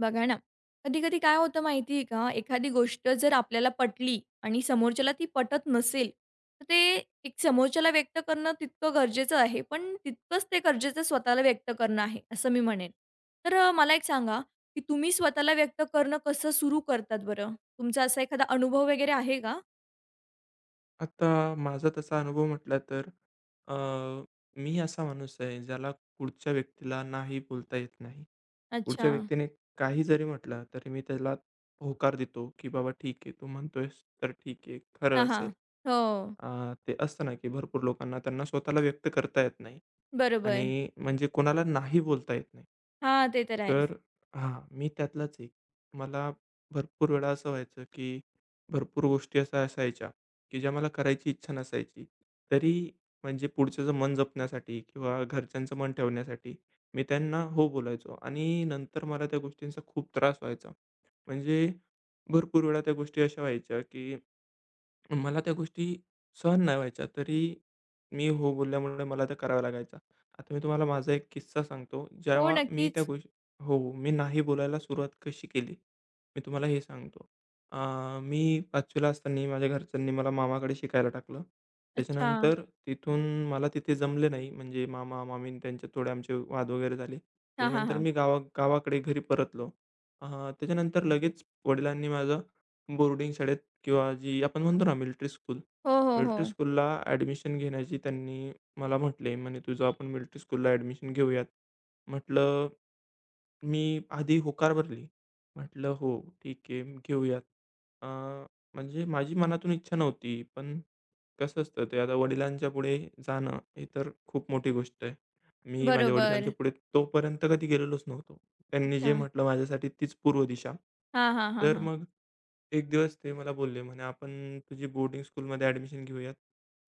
बघा ना, कधी-कधी काय होतं माहिती आहे का? एखादी गोष्ट जर आपल्याला पटली आणि समोरच्याला ती पटत नसेल, तर ते एक समोरच्याला व्यक्त करणं तितकं गरजेचं आहे, पण तितकंच ते गरजेचं स्वतःला व्यक्त करणं आहे, असं मी म्हणेन. तर मला एक सांगा, की तुम्ही स्वतःला व्यक्त करणं कसं सुरू करतात बरं? तुमचा असा एखादा अनुभव वगैरे आहे का? आता माझा तसा अनुभव म्हटला तर अ, मी असा माणूस आहे ज्याला पुढच्या व्यक्तीला नाही बोलता येत नाही. पुढच्या अच्छा. व्यक्तीने काही जरी म्हटलं तरी मी त्याला होकार देतो, की "बाबा ठीक आहे, तू म्हणतोयस तर ठीक आहे, हां, खरं हां. असेल." हो. अ, ते असतं ना, की भरपूर लोकांना त्यांना स्वतःला व्यक्त करता येत नाही बरोबर. आणि म्हणजे कोणाला नाही बोलता येत नाही. हां, ते तर आहेच. तर हां, मी त्यातलाच एक. मला भरपूर वेळा असं व्हायचं, की भरपूर गोष्टी अशा असायच्या, की ज्या मला करायची इच्छा नसायची. तरी म्हणजे पुढच्याचं मन जपण्यासाठी किंवा घरच्यांचं मन ठेवण्यासाठी मी त्यांना हो बोलायचो आणि नंतर मला त्या गोष्टींचा खूप त्रास व्हायचा. म्हणजे भरपूर वेळा त्या गोष्टी अशा व्हायच्या की मला त्या गोष्टी सहन नाही व्हायच्या, तरी मी हो बोलल्यामुळे मला त्या कराव्या लागायच्या. आता मी तुम्हाला माझा एक किस्सा सांगतो, हो, जेव्हा मी त्या नक्कीच. गोष्टी हो, मी नाही बोलायला सुरुवात कशी केली, मी तुम्हाला हे सांगतो. अ, मी 5वी असताना माझ्या घरच्यांनी मला मामाकडे शिकायला टाकलं. अच्छा. त्याच्यानंतर तिथून मला तिथे जमले नाही, म्हणजे मामा-मामी त्यांच्यात थोडे आमचे वाद वगैरे झाले. हां, हां, त्याच्यानंतर हां. मी गावाकडे घरी परतलो. अ, त्याच्यानंतर लगेच वडिलांनी माझं बोर्डिंग शाळेत किंवा जी आपण म्हणतो ना मिलिटरी स्कूल. हो, हो, हो. मिलिटरी स्कूलला ॲडमिशन घेण्याची त्यांनी मला म्हटले, म्हणे तुझं आपण मिलिटरी स्कूलला ॲडमिशन घेऊयात. म्हटलं मी आधी होकार भरली. म्हटलं हो, ठीक आहे घेऊयात. अ, म्हणजे माझी मनातून इच्छा नव्हती, पण कसं असतं ते आता वडिलांच्या पुढे जाणं ही तर खूप मोठी गोष्ट आहे. मी माझ्या बरोबर. वडिलांच्या पुढे तोपर्यंत कधी गेलेलोच नव्हतो. त्यांनी जे अच्छा. म्हटलं माझ्यासाठी तीच पूर्व दिशा. हां, हां, हां, तर हां. मग एक दिवस ते मला बोलले म्हणे, "आपण तुझी बोर्डिंग स्कूलमध्ये ॲडमिशन घेऊयात,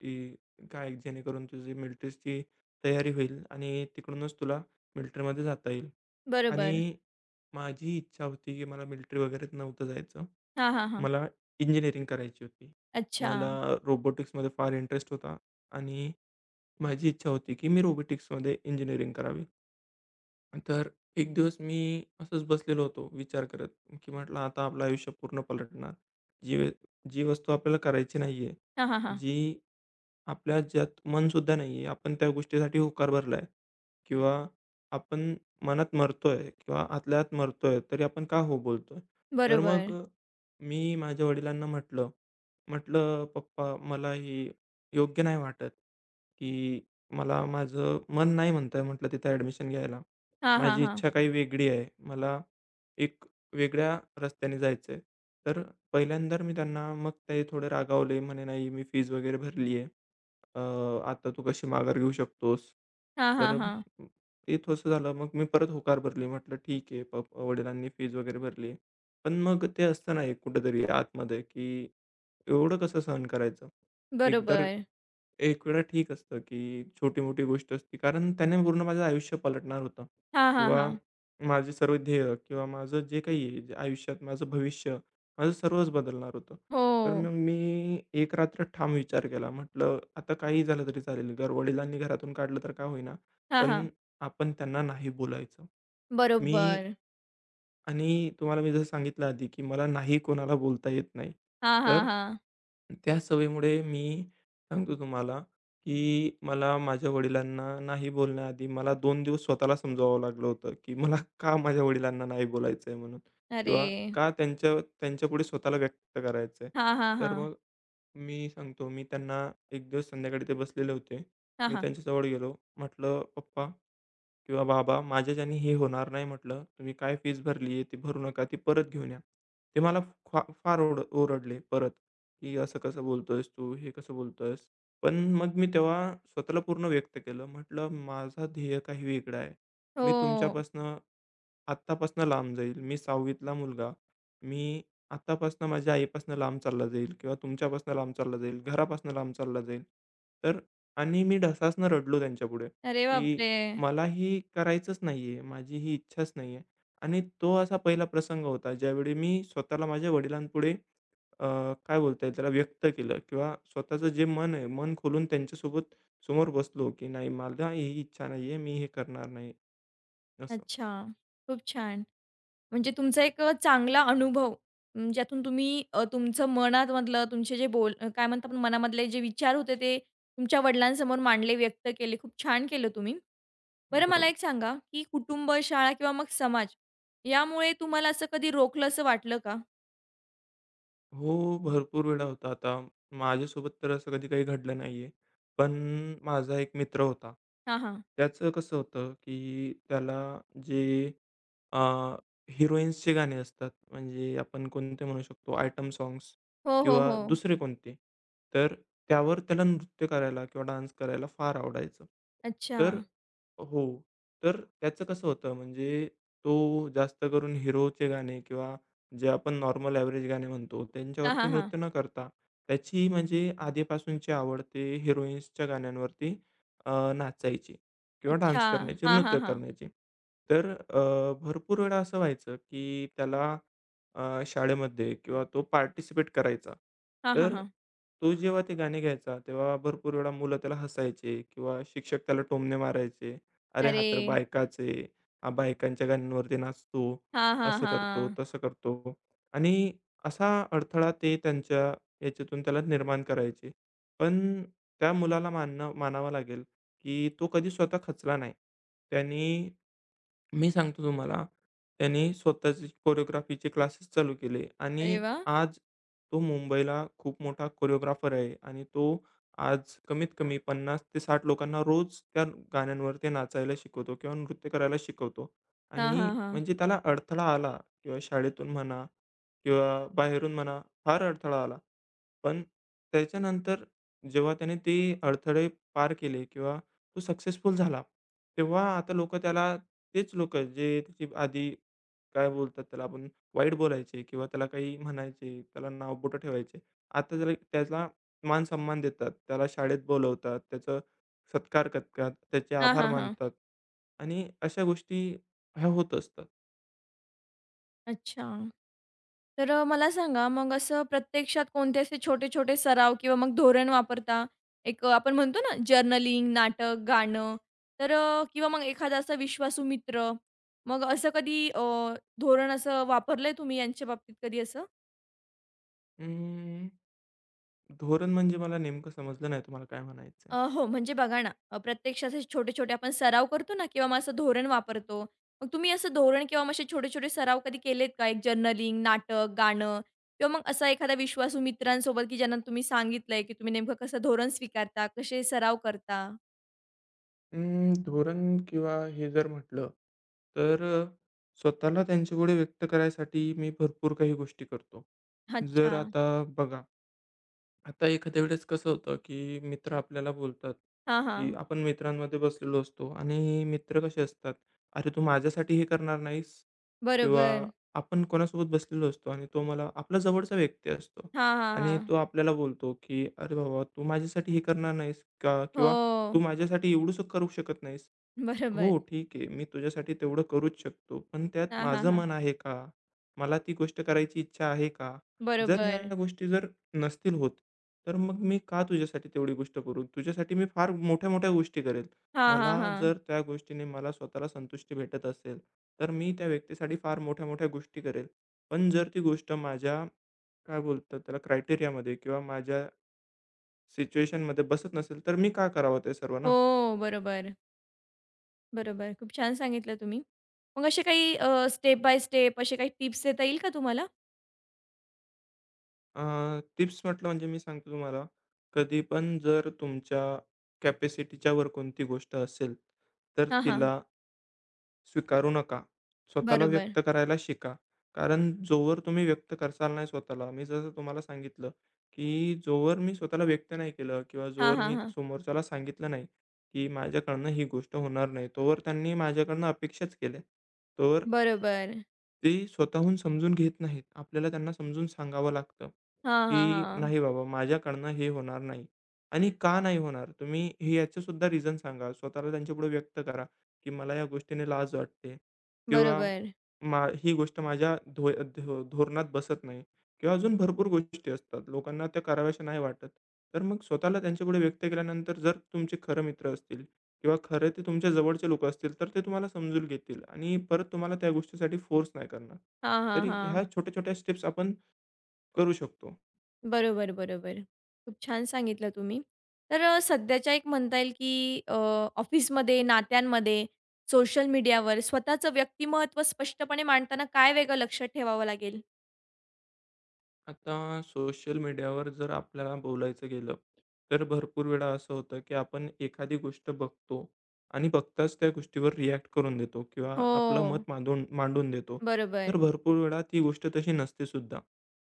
की काय जेणेकरून तुझी मिलिटरीची तयारी होईल आणि तिकडूनच तुला मिलिटरीमध्ये जाता येईल." आणि बरोबर. माझी इच्छा होती, की मला मिलिटरी वगैरेत नव्हतं जायचं. हां, हां, हां. मला इंजिनिअरिंग करायची होती. अच्छा. मला रोबोटिक्समध्ये फार इंटरेस्ट होता आणि माझी इच्छा होती, की मी रोबोटिक्समध्ये इंजिनिअरिंग करावी. तर एक दिवस मी असंच बसलेलो होतो विचार करत, की म्हटलं आता आपलं आयुष्य पूर्ण पलटणार. जी वे- जी वस्तू आपल्याला करायची नाहीये, हां, हां, हां. जी आपल्या ज्यात मनसुद्धा नाही आहे. आपण त्या गोष्टीसाठी होकार भरलाय किंवा आपण मनात मरतोय किंवा आतल्या आत मरतोय, तरी आपण का हो बोलतोय? तर मग बरोबर. मी माझ्या वडिलांना म्हटलं, म्हटलं, "पप्पा मला ही योग्य नाही वाटत, की मला माझं मन नाही म्हणतंय म्हटलं तिथं ॲडमिशन घ्यायला. हां, हां, माझी हां. इच्छा काही वेगळी आहे. मला एक वेगळ्या रस्त्याने जायचं आहे." तर पहिल्यांदा मी त्यांना मग ते थोडे रागावले. म्हणे, "नाही, मी फीज वगैरे भरली आहे." अ, आता तू कशी माघार घेऊ शकतोस? हां, हां, तर हां. ते थोडंसं झालं. मग मी परत होकार भरली. म्हटलं ठीक आहे. वडिलांनी फीज वगैरे भरली. पण मग ते असतं ना एक कुठेतरी आतमध्ये, की एवढं कसं सहन करायचं? एक तर बरोबर. एक वेळा ठीक असतं, की छोटी-मोठी गोष्ट असते. कारण त्याने पूर्ण माझं आयुष्य पलटणार होतं हां, हां, किंवा हां. माझे सर्व ध्येय किंवा माझं जे काही आहे, जे आयुष्यात माझं भविष्य, माझं सर्वच बदलणार होतं. तर हो. मग मी एक रात्र ठाम विचार केला. म्हटलं, "आता काही झालं तरी चालेल. घर वडिलांनी घरातून काढलं तर का होईना, हां, पण हां. आपण त्यांना नाही बोलायचं." मी बरोबर. आणि तुम्हाला मी जसं सांगितलं आधी, की मला नाही कोणाला बोलता येत नाही. हां, हां, तर हां. त्या सवयीमुळे मी सांगतो तुम्हाला, की मला माझ्या वडिलांना नाही बोलण्याआधी मला 2 दिवस स्वतःला समजावावं लागलं होतं, की मला का माझ्या वडिलांना नाही बोलायचं आहे म्हणून अरे! किंवा का त्यांच्यापुढे स्वतःला व्यक्त करायचं आहे. हां, हां, तर हां. मग मी सांगतो, मी त्यांना एक दिवस संध्याकाळी ते बसलेले होते. हां, मी हां. त्यांच्याजवळ गेलो. म्हटलं, "पप्पा" किंवा "बाबा, माझ्याच्याने हे होणार नाही," म्हटलं, "तुम्ही काय फीस भरली आहे, ती भरू नका, ती परत घेऊन या." ते मला फार ओरडले परत, की "असं कसं बोलतोयस तू? हे कसं बोलतोयस?" पण मग मी तेव्हा स्वतःला पूर्ण व्यक्त केलं. म्हटलं, "माझा ध्येय काही वेगळा आहे. हो. मी तुमच्यापासनं आत्तापासनं लांब जाईल. मी 6वीतला मुलगा. मी आत्तापासनं माझ्या आईपासनं लांब चालला जाईल किंवा तुमच्यापासनं लांब चालला जाईल, घरापासनं लांब चालला जाईल." तर आणि मी ढसासनं रडलो त्यांच्यापुढे, अरे की बापरे! मला हे करायचंच नाहीये, माझी ही इच्छाच नाहीये. आणि तो असा पहिला प्रसंग होता, ज्यावेळी मी स्वतःला माझ्या वडिलांपुढे अ, काय बोलता येईल त्याला व्यक्त केलं किंवा स्वतःचं जे मन आहे, मन खोलून त्यांच्यासोबत समोर बसलो, की नाही मला ही इच्छा नाहीये, मी हे करणार नाही असं. अच्छा. खूप छान. म्हणजे तुमचा एक चांगला अनुभव ज्यातून तुम्ही तुमचं मनामधलं तुमचे जे बोल काय म्हणतात मनामधले जे विचार होते ते तुमच्या वडिलांसमोर मांडले, व्यक्त केले. खूप छान केलं तुम्ही. बरं मला बरोबर. एक सांगा, की कुटुंब, शाळा किंवा मग समाज यामुळे तुम्हाला असं कधी रोखलंसं वाटलं का? हो, भरपूर वेळा होता. आता माझ्यासोबत तर असं कधी काही घडलं नाहीये. पण माझा एक मित्र होता. हां, हां. त्याचं कसं होतं, की त्याला जे अ, हिरोइन्सचे गाणे असतात, म्हणजे आपण कोणते म्हणू शकतो आयटम साँग्स हो, हो, हो. किंवा दुसरे कोणते, तर त्यावर त्याला नृत्य करायला किंवा डान्स करायला फार आवडायचं. अच्छा. तर हो, तर त्याचं कसं होतं म्हणजे तो जास्त करून हिरोचे गाणे किंवा जे आपण नॉर्मल ॲव्हरेज गाणे म्हणतो, हां, त्यांच्यावरती हां, हां. नृत्य न करता, त्याची म्हणजे आधीपासूनची आवड ते हिरोईन्सच्या गाण्यांवरती अ, नाचायची किंवा अच्छा. डान्स करण्याची, हां, हां, नृत्य हां. करण्याची. तर भरपूर वेळा असं व्हायचं, की त्याला शाळेमध्ये किंवा तो पार्टिसिपेट करायचा. हां, हां, तर हां. तो जेव्हा ते गाणे घ्यायचा, तेव्हा भरपूर वेळा मुलं त्याला हसायचे किंवा शिक्षक त्याला टोमणे मारायचे. "अरे, हा तर अरे! बायकाच हा बायकांच्या गाण्यांवरती नाचतो." हां, हां, असं करतो, हां. तसं करतो आणि असा अडथळा ते त्यांच्या याच्यातून त्याला निर्माण करायचे. पण त्या मुलाला मानणं मानावं लागेल, की तो कधी स्वतः खचला नाही. त्यानी मी सांगतो तुम्हाला, त्याने स्वतःचे कोरिओग्राफीचे क्लासेस चालू केले अरे आणि वाह! आज तो मुंबईला खूप मोठा कोरिओग्राफर आहे आणि तो आज कमीत कमी 50 ते 60 लोकांना रोज त्या गाण्यांवरती नाचायला शिकवतो किंवा नृत्य करायला शिकवतो. हां, आणि हां, हां. म्हणजे त्याला अडथळा आला किंवा शाळेतून म्हणा किंवा बाहेरून म्हणा, फार अडथळा आला. पण त्याच्यानंतर जेव्हा त्याने ते अडथळे पार केले किंवा तो सक्सेसफुल झाला तेव्हा आता लोकं त्याला तेच लोकं जे त्याची आधी काय बोलतात त्याला आपण वाईट बोलायचे किंवा त्याला काही म्हणायचे, त्याला नावबोटं ठेवायचे. आता त्याला त्याला मान-सन्मान देतात. त्याला शाळेत बोलवतात, त्याचा सत्कार करतात, त्याचे हां, आभार हां, हां. मानतात आणि अशा गोष्टी ह्या होत असतात. अच्छा. तर मला सांगा मग असं प्रत्यक्षात कोणते असे छोटे-छोटे सराव किंवा मग धोरण वापरता? एक आपण म्हणतो ना जर्नलिंग, नाटक, गाणं तर किंवा मग एखादा असा विश्वासू मित्र. मग असं कधी धोरण असं वापरलंय तुम्ही यांच्या बाबतीत कधी असं? अं, धोरण म्हणजे मला नेमकं समजलं नाही तुम्हाला काय म्हणायचं आहे? हो, म्हणजे बघा ना, प्रत्यक्ष असे छोटे-छोटे आपण सराव करतो ना किंवा मग असं धोरण वापरतो. मग तुम्ही असं धोरण किंवा मग असे छोटे-छोटे सराव कधी केलेत का? एक जर्नलिंग, नाटक, गाणं किंवा मग असा एखादा विश्वासू मित्रांसोबत, की ज्यांना तुम्ही सांगितलंय, की तुम्ही नेमकं कसं धोरण स्वीकारता, कसे सराव करता? अं, धोरण किंवा हे जर म्हटलं, तर स्वतःला त्यांच्यापुढे व्यक्त करायसाठी मी भरपूर काही गोष्टी करतो. अच्छा. जर आता बघा, आता एखाद्या वेळेस कसं होतं, की मित्र आपल्याला बोलतात, हां, की हां. आपण मित्रांमध्ये बसलेलो असतो आणि मित्र कसे असतात, "अरे, तू माझ्यासाठी हे करणार नाहीस?" किंवा बरोबर. आपण कोणासोबत बसलेलो असतो आणि तो मला आपला जवळचा व्यक्ती असतो हां, हां, आणि हां. तो आपल्याला बोलतो, की "अरे, बाबा, तू माझ्यासाठी हे करणार नाहीस का?" किंवा "तू हो. माझ्यासाठी एवढंसं करू शकत नाहीस." बरोबर. हो, ठीक आहे. मी तुझ्यासाठी तेवढं करूच शकतो. पण त्यात हां, हां, माझं हां. मन आहे का? मला ती गोष्ट करायची इच्छा आहे का? जर बरोबर. ह्या गोष्टी जर नसतील होत, तर मग मी का तुझ्यासाठी तेवढी गोष्ट करू? तुझ्यासाठी मी फार मोठ्या-मोठ्या गोष्टी करेल. हां, मला हां, हां. जर त्या गोष्टीने मला स्वतःला संतुष्टी भेटत असेल, तर मी त्या व्यक्तीसाठी फार मोठ्या-मोठ्या गोष्टी करेल. पण जर ती गोष्ट माझ्या काय बोलतात त्याला क्रायटेरियामध्ये किंवा माझ्या सिच्युएशनमध्ये बसत नसेल, तर मी का करावं ते सर्व ना? हो, बरोबर. बरोबर. खूप छान सांगितलं तुम्ही. मग असे काही स्टेप बाय स्टेप असे काही टिप्स देता येईल का तुम्हाला? अ, टिप्स म्हटलं म्हणजे मी सांगतो तुम्हाला, कधी पण जर तुमच्या कॅपॅसिटीच्या वर कोणती गोष्ट असेल, तर हां, हां. तिला स्वीकारू नका. स्वतःला बरोबर. व्यक्त करायला शिका. कारण जोवर तुम्ही व्यक्त करसाल नाही स्वतःला, मी जसं तुम्हाला सांगितलं, की जोवर मी स्वतःला व्यक्त नाही केलं किंवा हां, जोवर हां, मी हां. समोरच्याला सांगितलं नाही, की माझ्याकडनं ही गोष्ट होणार नाही, तोवर त्यांनी माझ्याकडनं अपेक्षाच केल्या. तोवर बरोबर. ते स्वतःहून समजून घेत नाहीत. आपल्याला त्यांना समजून सांगावं लागतं, हां, हां, की हां. "नाही बाबा, माझ्याकडनं हे होणार नाही." आणि का नाही होणार? तुम्ही हे याचं सुद्धा रिझन सांगा. स्वतःला त्यांच्यापुढे व्यक्त करा, की "मला या गोष्टीने लाज वाटते" किंवा बरोबर. " ही गोष्ट माझ्या धो धो धोरणात बसत नाही" किंवा अजून भरपूर गोष्टी असतात. लोकांना त्या कराव्याशा नाही वाटत. तर मग स्वतःला त्यांच्यापुढे व्यक्त केल्यानंतर जर तुमचे खरं मित्र असतील किंवा खरे ते तुमच्या जवळचे लोकं असतील, तर ते तुम्हाला समजून घेतील आणि परत तुम्हाला त्या गोष्टीसाठी फोर्स नाही करणार. हां, हां, तरी ह्या हां. छोट्या-छोट्या स्टेप्स आपण करू शकतो. बरोबर, बरोबर. खूप छान सांगितलं तुम्ही. तर सध्याच्या एक म्हणता येईल की अ, ऑफिसमध्ये, नात्यांमध्ये, सोशल मीडियावर स्वतःचं व्यक्तिमत्त्व स्पष्टपणे मांडताना काय वेगळं लक्ष ठेवावं लागेल? आता सोशल मीडियावर जर आपल्याला बोलायचं गेलं, तर भरपूर वेळा असं होतं, की आपण एखादी गोष्ट बघतो आणि बघताच त्या गोष्टीवर रिॲक्ट करून देतो किंवा हो. आपलं मत मांडून मांडून देतो. बरोबर. तर भरपूर वेळा ती गोष्ट तशी नसते सुद्धा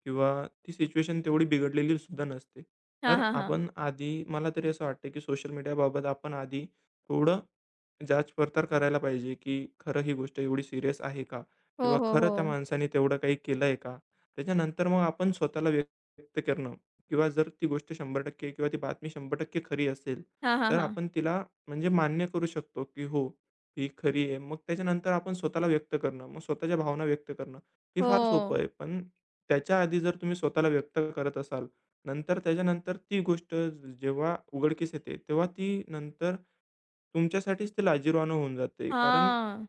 किंवा ती सिच्युएशन तेवढी बिघडलेली सुद्धा नसते. हां, तर हां, हां. आपण आधी मला तरी असं वाटतं, की सोशल मीडियाबाबत आपण आधी थोडं जाच-पडताळ करायला पाहिजे, की खरं ही गोष्ट एवढी सीरियस आहे का? हो, किंवा हो, खरं त्या हो. माणसाने तेवढं काही केलंय का? त्याच्यानंतर मग आपण स्वतःला व्यक्त करणं किंवा जर ती गोष्ट 100% किंवा ती बातमी 100% खरी असेल, हां, हां, तर हां. आपण तिला म्हणजे मान्य करू शकतो, की हो, ही खरी आहे. मग त्याच्यानंतर आपण स्वतःला व्यक्त करणं, मग स्वतःच्या भावना व्यक्त करणं, हे हो. फार सोपं आहे. पण त्याच्या आधी जर तुम्ही स्वतःला व्यक्त करत असाल, नंतर त्याच्यानंतर ती गोष्ट जेव्हा उघडकीस येते, तेव्हा ती नंतर तुमच्यासाठीच ते लाजिरवाणं होऊन जाते. कारण हां,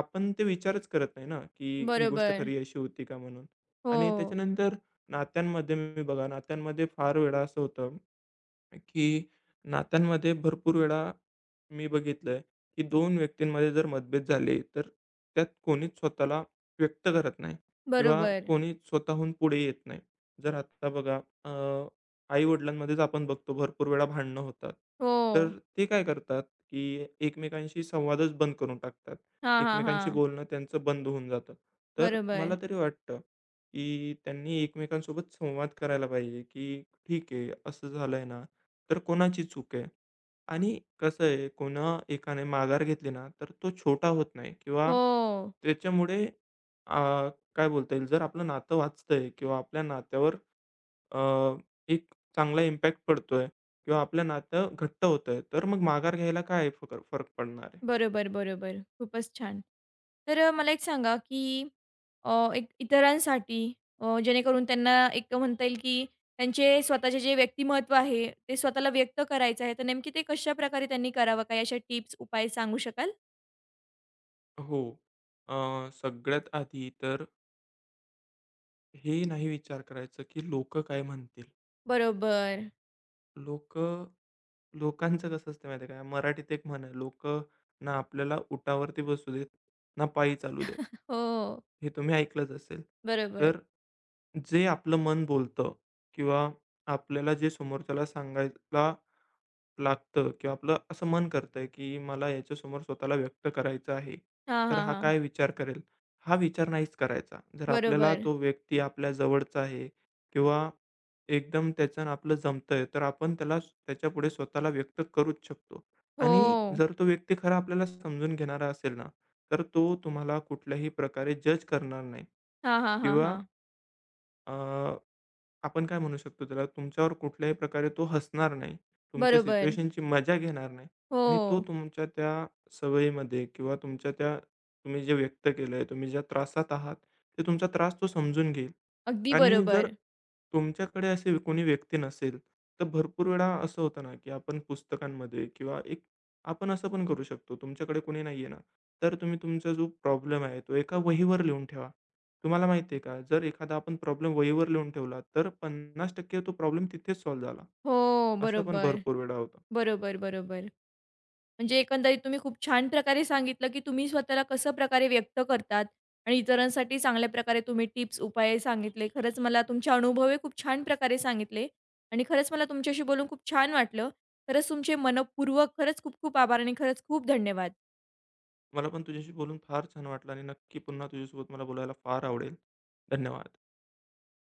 आपण ते विचारच करत नाही ना, की ही गोष्ट बरोबर. खरी अशी होती का म्हणून? आणि हो, त्याच्यानंतर नात्यांमध्ये मी बघा, नात्यांमध्ये फार वेळा असं होतं की नात्यांमध्ये भरपूर वेळा मी बघितलंय, की 2 व्यक्तींमध्ये जर मतभेद झाले, तर त्यात कोणीच स्वतःला व्यक्त करत नाही किंवा बरोबर. कोणी स्वतःहून पुढे येत नाही. जर आता बघा आई-वडिलांमध्येच आपण बघतो भरपूर वेळा भांडणं होतात. हो. तर ते काय करतात, की एकमेकांशी संवादच बंद करून टाकतात. हां, हां, एकमेकांशी हां. बोलणं त्यांचं बंद होऊन जातं. तर बरोबर. मला तरी वाटतं, की त्यांनी एकमेकांसोबत संवाद करायला पाहिजे, की "ठीक आहे, असं झालंय ना, तर कोणाची चूक आहे? आणि कसं आहे, कोणा एकाने माघार घेतली ना, तर तो छोटा होत नाही किंवा हो. त्याच्यामुळे अ, काय बोलता येईल, जर आपलं नातं वाचतंय किंवा आपल्या नात्यावर अ, एक चांगला इम्पॅक्ट पडतोय किंवा आपलं नातं घट्ट होतंय, तर मग माघार घ्यायला काय फरक पडणार आहे? बरोबर, बरोबर. खूपच छान. तर मला एक सांगा, की एक इतरांसाठी जेणेकरून त्यांना एक म्हणता येईल, की त्यांचे स्वतःचे जे व्यक्तिमत्त्व आहे, ते स्वतःला व्यक्त करायचं आहे, तर नेमकी ते कशाप्रकारे त्यांनी करावं? काही अशा टिप्स, उपाय सांगू शकाल? हो. सगळ्यात आधी तर हे नाही विचार करायचं, की लोकं काय म्हणतील? बरोबर. लोकं लोकांचं कसं असतं माहिती आहे का? मराठीत एक म्हण आहे, "लोकं ना आपल्याला उठावरती बसू देत, ना पायी चालू देत." हो, हे तुम्ही ऐकलंच असेल. बरोबर. तर जे आपलं मन बोलतं किंवा आपल्याला जे समोरच्याला सांगायला लागतं किंवा आपलं असं मन करतं, की मला याच्यासमोर स्वतःला व्यक्त करायचं आहे. हां, तर हां, हा हां. काय विचार करेल? हा विचार नाहीच करायचा. जर आपल्याला बरोबर. तो व्यक्ती आपल्या जवळचा आहे किंवा एकदम त्याच्यानं आपलं जमतंय, तर आपण त्याला त्याच्यापुढे स्वतःला व्यक्त करूच शकतो. हो. आणि जर तो व्यक्ती खरा आपल्याला समजून घेणारा असेल ना, तर तो तुम्हाला कुठल्याही प्रकारे जज करणार नाही हां, हां, हां, किंवा हां. आपण काय म्हणू शकतो त्याला, तुमच्यावर कुठल्याही प्रकारे तो हसणार नाही. तुमच्या बरोबर. सिच्युएशनची मजा घेणार नाही आणि तो हो, तुमच्या त्या सवयीमध्ये किंवा तुमच्या त्या तुम्ही जे व्यक्त केलंय, तुम्ही ज्या त्रासात आहात, ते तुमचा त्रास तो समजून घेईल. अगदी आणि जर बरोबर. तुमच्याकडे असे कोणी व्यक्ती नसेल, तर भरपूर वेळा असं होतं ना, की आपण पुस्तकांमध्ये किंवा एक आपण असं पण करू शकतो. तुमच्याकडे कोणी नाहीये ना, तर तुम्ही तुमचा जो प्रॉब्लेम आहे, तो एका वहीवर लिहून ठेवा. तुम्हाला माहिती आहे का, जर एखादा आपण प्रॉब्लेम वहीवर लिहून ठेवला, तर 50% तो प्रॉब्लेम तिथेच सॉल्व्ह झाला. हो, असं पण बरोबर. भरपूर वेळा होतं. बरोबर, बरोबर. म्हणजे एकंदरीत तुम्ही खूप छान प्रकारे सांगितलं, की तुम्ही स्वतःला कसं प्रकारे व्यक्त करतात आणि इतरांसाठी चांगल्या प्रकारे तुम्ही टिप्स, उपाय सांगितले. खरंच मला तुमचे अनुभव हे खूप छान प्रकारे सांगितले आणि खरंच मला तुमच्याशी बोलून खूप छान वाटलं. खरंच तुमचे मनःपूर्वक खरंच खूप खूप आभार आणि खरंच खूप धन्यवाद. मला पण तुझ्याशी बोलून फार छान वाटलं आणि नक्की पुन्हा तुझ्यासोबत मला बोलायला फार आवडेल. धन्यवाद.